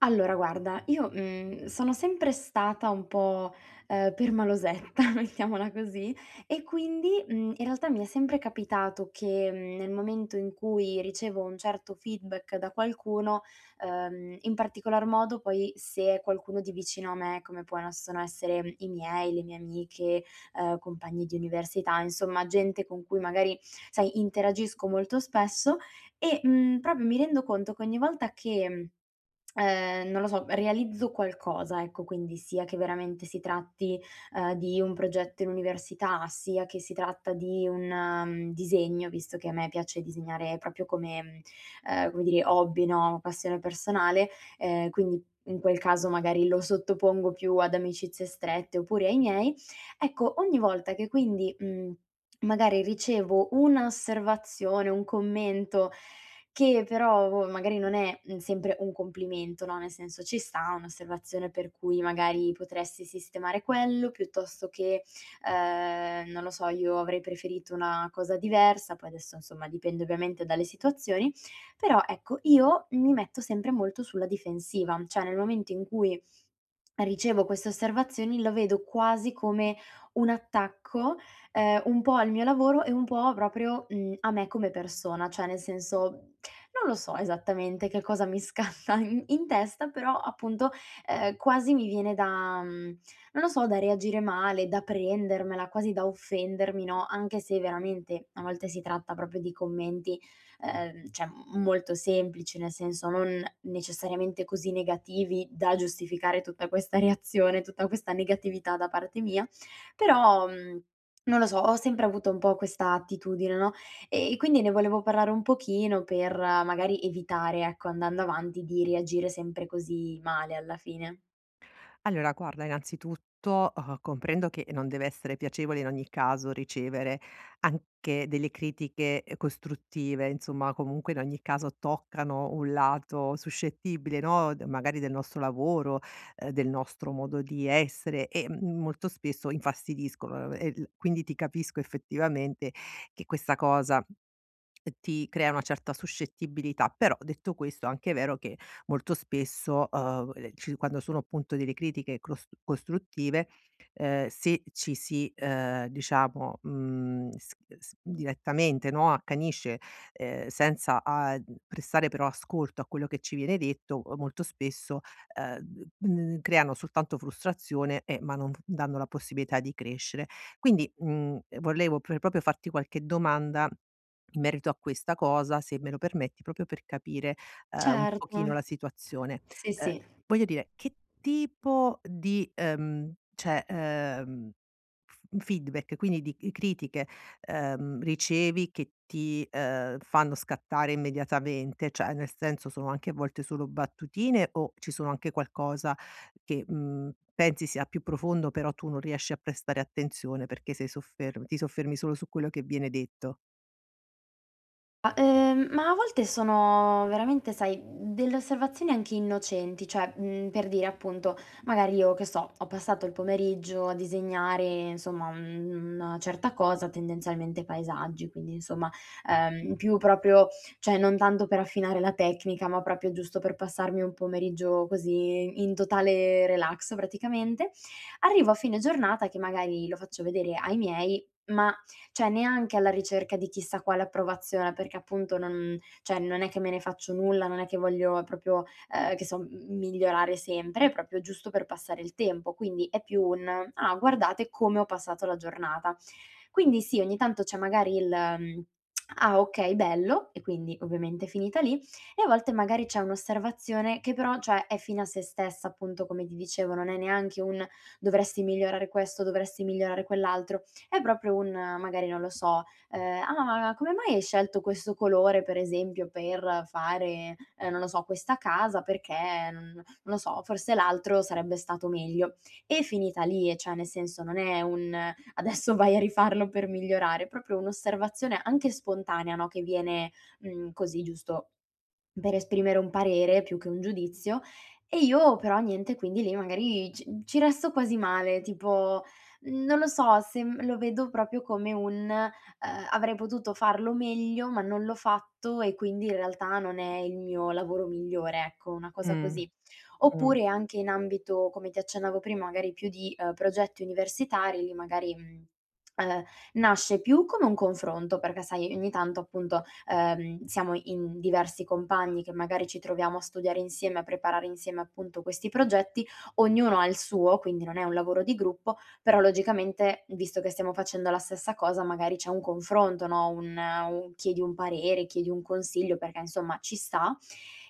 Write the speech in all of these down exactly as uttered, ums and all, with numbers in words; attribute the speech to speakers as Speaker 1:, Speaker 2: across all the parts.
Speaker 1: Allora guarda, io, mhmm, sono sempre stata un po', ehm, permalosetta, mettiamola così, e quindi, mhmm, in realtà mi è sempre capitato che, mhmm, nel momento in cui ricevo un certo feedback da qualcuno, ehm, in particolar modo poi se è qualcuno di vicino a me, come possono essere i miei, le mie amiche, ehm, compagni di università, insomma gente con cui magari, sai, interagisco molto spesso e, mhmm, proprio mi rendo conto che ogni volta che mhmm, ehm, non lo so, realizzo qualcosa, ecco, quindi sia che veramente si tratti, ehm, di un progetto in università, sia che si tratta di un, mhmm, disegno, visto che a me piace disegnare proprio come, mhmm, ehm, come dire, hobby, no, passione personale, ehm, quindi in quel caso magari lo sottopongo più ad amicizie strette oppure ai miei. Ecco, ogni volta che quindi, mhmm, magari ricevo un'osservazione, un commento che però, boh, magari non è, mhmm, sempre un complimento, no, nel senso ci sta un'osservazione per cui magari potresti sistemare quello, piuttosto che, ehm, non lo so, io avrei preferito una cosa diversa, poi adesso insomma dipende ovviamente dalle situazioni, però ecco, io mi metto sempre molto sulla difensiva, cioè nel momento in cui ricevo queste osservazioni, lo vedo quasi come un attacco, ehm, un po' al mio lavoro e un po' proprio, mhmm, a me come persona, cioè nel senso non lo so esattamente che cosa mi scatta in in testa, però appunto, ehm, quasi mi viene da mhmm, non lo so, da reagire male, da prendermela, quasi da offendermi, no, anche se veramente a volte si tratta proprio di commenti ehm, cioè molto semplici, nel senso non necessariamente così negativi da giustificare tutta questa reazione, tutta questa negatività da parte mia, però, mhmm, non lo so, ho sempre avuto un po' questa attitudine, no, e e quindi ne volevo parlare un pochino per eh, magari evitare, ecco, andando avanti, di reagire sempre così male alla fine.
Speaker 2: Allora, guarda, innanzitutto, uhm, comprendo che non deve essere piacevole in ogni caso ricevere anche delle critiche, ehm, costruttive, insomma, comunque in ogni caso toccano un lato suscettibile, no, d magari del nostro lavoro, ehm, del nostro modo di essere e, mhmm, molto spesso infastidiscono eh, e l quindi ti capisco effettivamente che questa cosa ti crea una certa suscettibilità, però detto questo anche è vero che molto spesso, uhm, le ci quando sono appunto delle critiche cros costruttive, ehm, se ci si, ehm, diciamo, mhmm, s s direttamente, no, accanisce, ehm, senza a prestare però ascolto a quello che ci viene detto, uhm, molto spesso, ehm, mhmm, creano soltanto frustrazione e ma non danno la possibilità di crescere. Quindi, mhmm, volevo pr proprio farti qualche domanda in merito a questa cosa, se me lo permetti, proprio per capire, ehm, un pochino
Speaker 1: Certo.
Speaker 2: la situazione.
Speaker 1: Sì,
Speaker 2: Ehm,
Speaker 1: sì.
Speaker 2: voglio dire, che tipo di, ehm, cioè, ehm, f feedback, quindi di c critiche, ehm, ricevi che ti, ehm, fanno scattare immediatamente? Cioè, nel senso, sono anche a volte solo battutine o ci sono anche qualcosa che, mhmm, pensi sia più profondo, però tu non riesci a prestare attenzione perché sei sofferm ti soffermi solo su quello che viene detto?
Speaker 1: Ma ehm, ma a volte sono veramente, sai, delle osservazioni anche innocenti, cioè, mhmm, per dire appunto, magari io, che so, ho passato il pomeriggio a disegnare, insomma, un una certa cosa, tendenzialmente paesaggi, quindi insomma, ehm, più proprio cioè non tanto per affinare la tecnica, ma proprio giusto per passarmi un pomeriggio così in totale relax praticamente. Arrivo a fine giornata che magari lo faccio vedere ai miei, ma cioè neanche alla ricerca di chissà quale approvazione, perché appunto non cioè non è che me ne faccio nulla, non è che voglio proprio, ehm, che so, m migliorare sempre, è proprio giusto per passare il tempo. Quindi è più un: "Ah, guardate come ho passato la giornata". Quindi sì, ogni tanto c'è magari il, mhmm: "Ah okay, bello" e quindi ovviamente è finita lì, e a volte magari c'è un'osservazione che però, cioè, è fine a se stessa, appunto come ti dicevo, non è neanche un: "Dovresti migliorare questo, dovresti migliorare quell'altro", è proprio un eh, magari, non lo so, ehm: "Ah, ma come mai hai scelto questo colore, per esempio, per fare, ehm, non lo so, questa casa? Perché non non lo so, forse l'altro sarebbe stato meglio". E finita lì, e cioè nel senso non è un adesso vai a rifarlo per migliorare, proprio un'osservazione anche spontanea, no, che viene, mhmm, così giusto per esprimere un parere più che un giudizio e io però niente, quindi lì magari ci ci resto quasi male, tipo, non lo so, se m lo vedo proprio come un, ehm: "Avrei potuto farlo meglio, ma non l'ho fatto e quindi in realtà non è il mio lavoro migliore", ecco, una cosa
Speaker 2: Mh.
Speaker 1: così.
Speaker 2: Mh.
Speaker 1: Oppure anche in ambito, come ti accennavo prima, magari più di, ehm, progetti universitari, lì magari, mhmm, ehm, nasce più come un confronto, perché sai ogni tanto appunto ehm, siamo in diversi compagni che magari ci troviamo a studiare insieme, a preparare insieme appunto questi progetti, ognuno ha il suo, quindi non è un lavoro di gruppo, però logicamente visto che stiamo facendo la stessa cosa magari c'è un confronto, no, un un chiedi un parere, chiedi un consiglio perché insomma ci sta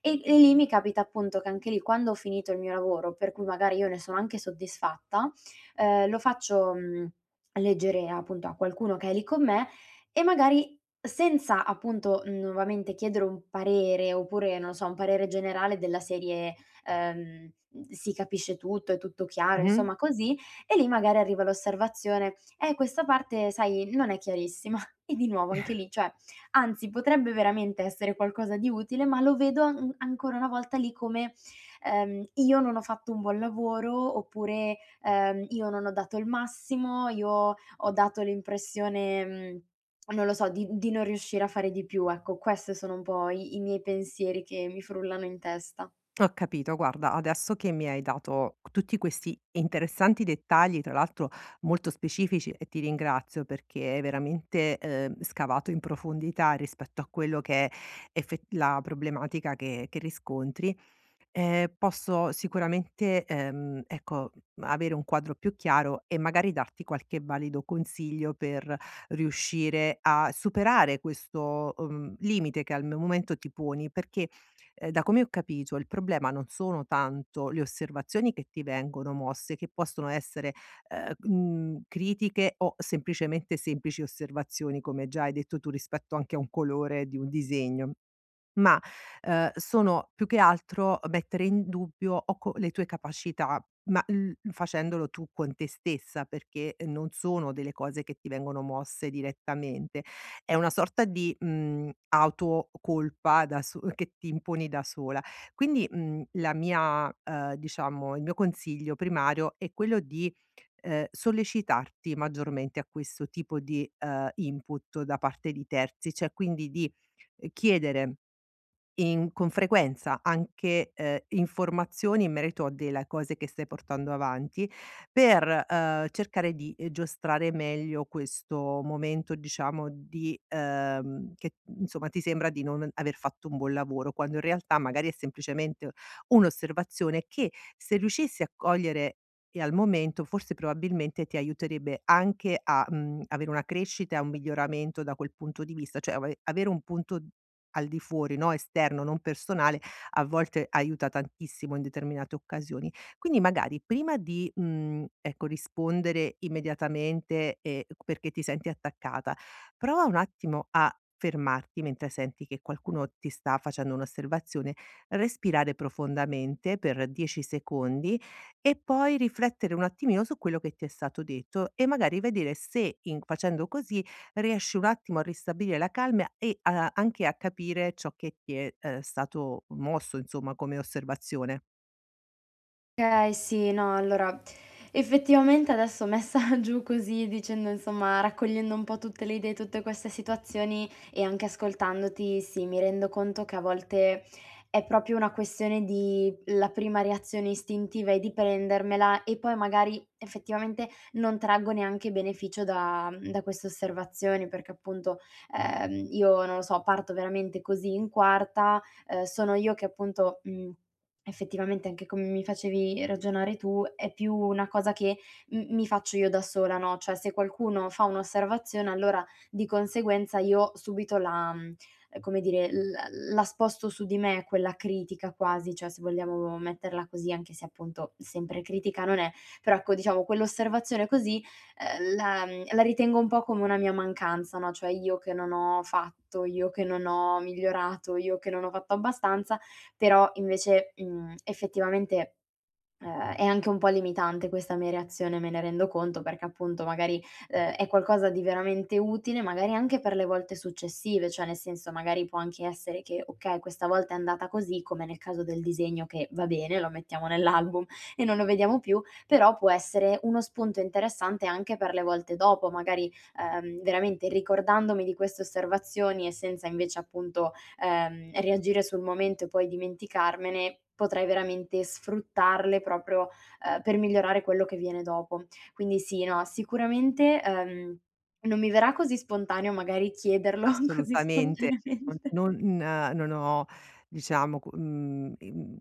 Speaker 1: e e lì mi capita appunto che anche lì quando ho finito il mio lavoro, per cui magari io ne sono anche soddisfatta, ehm, lo faccio, mhmm, leggere appunto a qualcuno che è lì con me e magari senza appunto, mh, nuovamente chiedere un parere oppure, non so, un parere generale della serie, ehm, si capisce tutto, è tutto chiaro,
Speaker 2: Mh-mh.
Speaker 1: insomma così, e lì magari arriva l'osservazione: "Eh, questa parte sai non è chiarissima." E di nuovo anche lì, cioè anzi, potrebbe veramente essere qualcosa di utile, ma lo vedo an ancora una volta lì come, ehm, io non ho fatto un buon lavoro, oppure, ehm, io non ho dato il massimo, io ho dato l'impressione, mhmm, non lo so, di di non riuscire a fare di più, ecco, queste sono un po' i i miei pensieri che mi frullano in testa.
Speaker 2: Ho capito. Guarda, adesso che mi hai dato tutti questi interessanti dettagli, tra l'altro molto specifici, e ti ringrazio perché hai veramente, ehm, scavato in profondità rispetto a quello che è effe la problematica che che riscontri. Ehm, posso sicuramente, ehm, ecco, avere un quadro più chiaro e magari darti qualche valido consiglio per riuscire a superare questo, uhm, limite che al m momento ti poni, perché, ehm, da come ho capito il problema non sono tanto le osservazioni che ti vengono mosse, che possono essere, ehm, mhmm, critiche o semplicemente semplici osservazioni, come già hai detto tu, rispetto anche a un colore di un disegno. Ma, ehm, sono più che altro mettere in dubbio o co le tue capacità, ma l facendolo tu con te stessa, perché non sono delle cose che ti vengono mosse direttamente. È una sorta di, mhmm, autocolpa da so che ti imponi da sola. Quindi, mhmm, la mia ehm, diciamo, il mio consiglio primario è quello di, ehm, sollecitarti maggiormente a questo tipo di, ehm, input da parte di terzi, cioè quindi di, ehm, chiedere in con frequenza anche, ehm, informazioni in merito a della cose che stai portando avanti per, ehm, cercare di, ehm, giostrare meglio questo momento diciamo di ehm, che insomma ti sembra di non aver fatto un buon lavoro, quando in realtà magari è semplicemente un'osservazione che se riuscissi a cogliere e al momento forse probabilmente ti aiuterebbe anche a, mhmm, avere una crescita e un miglioramento da quel punto di vista, cioè ave avere un punto al di fuori, no, esterno, non personale, a volte aiuta tantissimo in determinate occasioni. Quindi magari prima di, mhmm, ecco, rispondere immediatamente, ehm, perché ti senti attaccata, prova un attimo a fermarti mentre senti che qualcuno ti sta facendo un'osservazione, respirare profondamente per dieci secondi e poi riflettere un attimino su quello che ti è stato detto e magari vedere se in facendo così riesci un attimo a ristabilire la calma e a anche a capire ciò che ti è, ehm, stato mosso, insomma, come osservazione.
Speaker 1: Okay, sì, no, allora effettivamente adesso messa giù così dicendo insomma, raccogliendo un po' tutte le idee, tutte queste situazioni e anche ascoltandoti, sì, mi rendo conto che a volte è proprio una questione di la prima reazione istintiva e di prendermela e poi magari effettivamente non traggo neanche beneficio da da queste osservazioni, perché appunto, ehm, io non lo so, parto veramente così in quarta, ehm, sono io che appunto, mhmm Effettivamente anche come mi facevi ragionare tu, è più una cosa che m mi faccio io da sola, no, cioè se qualcuno fa un'osservazione allora di conseguenza io subito la mhmm, come dire, l la sposto su di me quella critica quasi, cioè se vogliamo metterla così, anche se appunto sempre critica non è, però ecco diciamo quell'osservazione così, ehm, la mhmm, la ritengo un po' come una mia mancanza, no, cioè io che non ho fatto, io che non ho migliorato, io che non ho fatto abbastanza però invece, mhmm, effettivamente, ehm, è anche un po' limitante questa mia reazione, me ne rendo conto, perché appunto magari, ehm, è qualcosa di veramente utile, magari anche per le volte successive, cioè nel senso magari può anche essere che, okay, questa volta è andata così, come nel caso del disegno che va bene, lo mettiamo nell'album e non lo vediamo più, però può essere uno spunto interessante anche per le volte dopo, magari, ehm, veramente ricordandomi di queste osservazioni e senza invece appunto, ehm, reagire sul momento e poi dimenticarmene, potrei veramente sfruttarle proprio, ehm, per migliorare quello che viene dopo. Quindi sì, no, sicuramente, ehm, non mi verrà così spontaneo magari chiederlo così
Speaker 2: Assolutamente.
Speaker 1: spontaneamente.
Speaker 2: Non non non ho diciamo cu mhmm, ehm,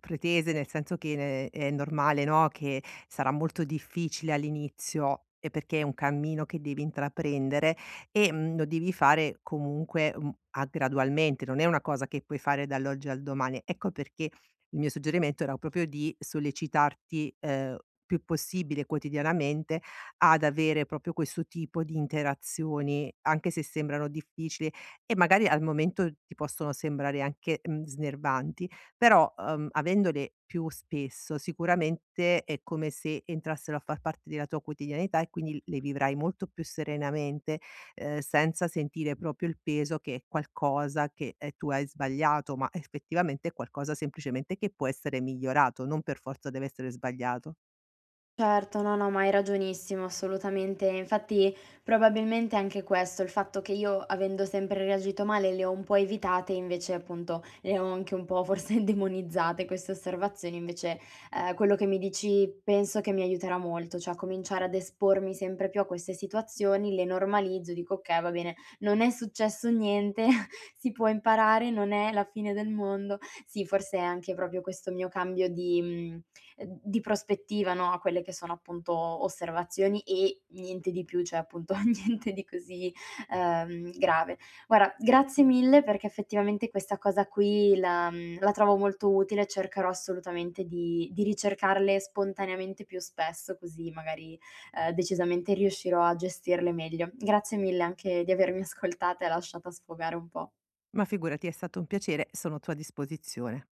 Speaker 2: pretese, nel senso che ne- è normale, no, che sarà molto difficile all'inizio, ehm, perché è un cammino che devi intraprendere e, mhmm, lo devi fare comunque, mhmm, a gradualmente, non è una cosa che puoi fare dall'oggi al domani. Ecco perché il mio suggerimento era proprio di sollecitarti, ehm, più possibile quotidianamente ad avere proprio questo tipo di interazioni, anche se sembrano difficili e magari al momento ti possono sembrare anche, mhmm, snervanti, però, uhm, avendole più spesso sicuramente è come se entrassero a far parte della tua quotidianità e quindi le vivrai molto più serenamente, ehm, senza sentire proprio il peso che è qualcosa che, ehm, tu hai sbagliato, ma effettivamente è qualcosa semplicemente che può essere migliorato, non per forza deve essere sbagliato.
Speaker 1: Certo, no, no, ma hai ragionissimo assolutamente. Infatti probabilmente anche questo, il fatto che io avendo sempre reagito male le ho un po' evitate, invece appunto le ho anche un po' forse demonizzate queste osservazioni, invece eh, quello che mi dici penso che mi aiuterà molto, cioè cominciare ad espormi sempre più a queste situazioni, le normalizzo, dico ok, va bene, non è successo niente, si può imparare, non è la fine del mondo. Sì, forse è anche proprio questo mio cambio di... mm, ehm, di prospettiva, no, a quelle che sono appunto osservazioni e niente di più, cioè appunto niente di così, ehm, grave. Guarda, grazie mille perché effettivamente questa cosa qui la mhmm, la trovo molto utile, cercherò assolutamente di di ricercarle spontaneamente più spesso, così magari, ehm, decisamente riuscirò a gestirle meglio. Grazie mille anche di avermi ascoltata e lasciata sfogare un po'.
Speaker 2: Ma figurati, è stato un piacere, sono a tua disposizione.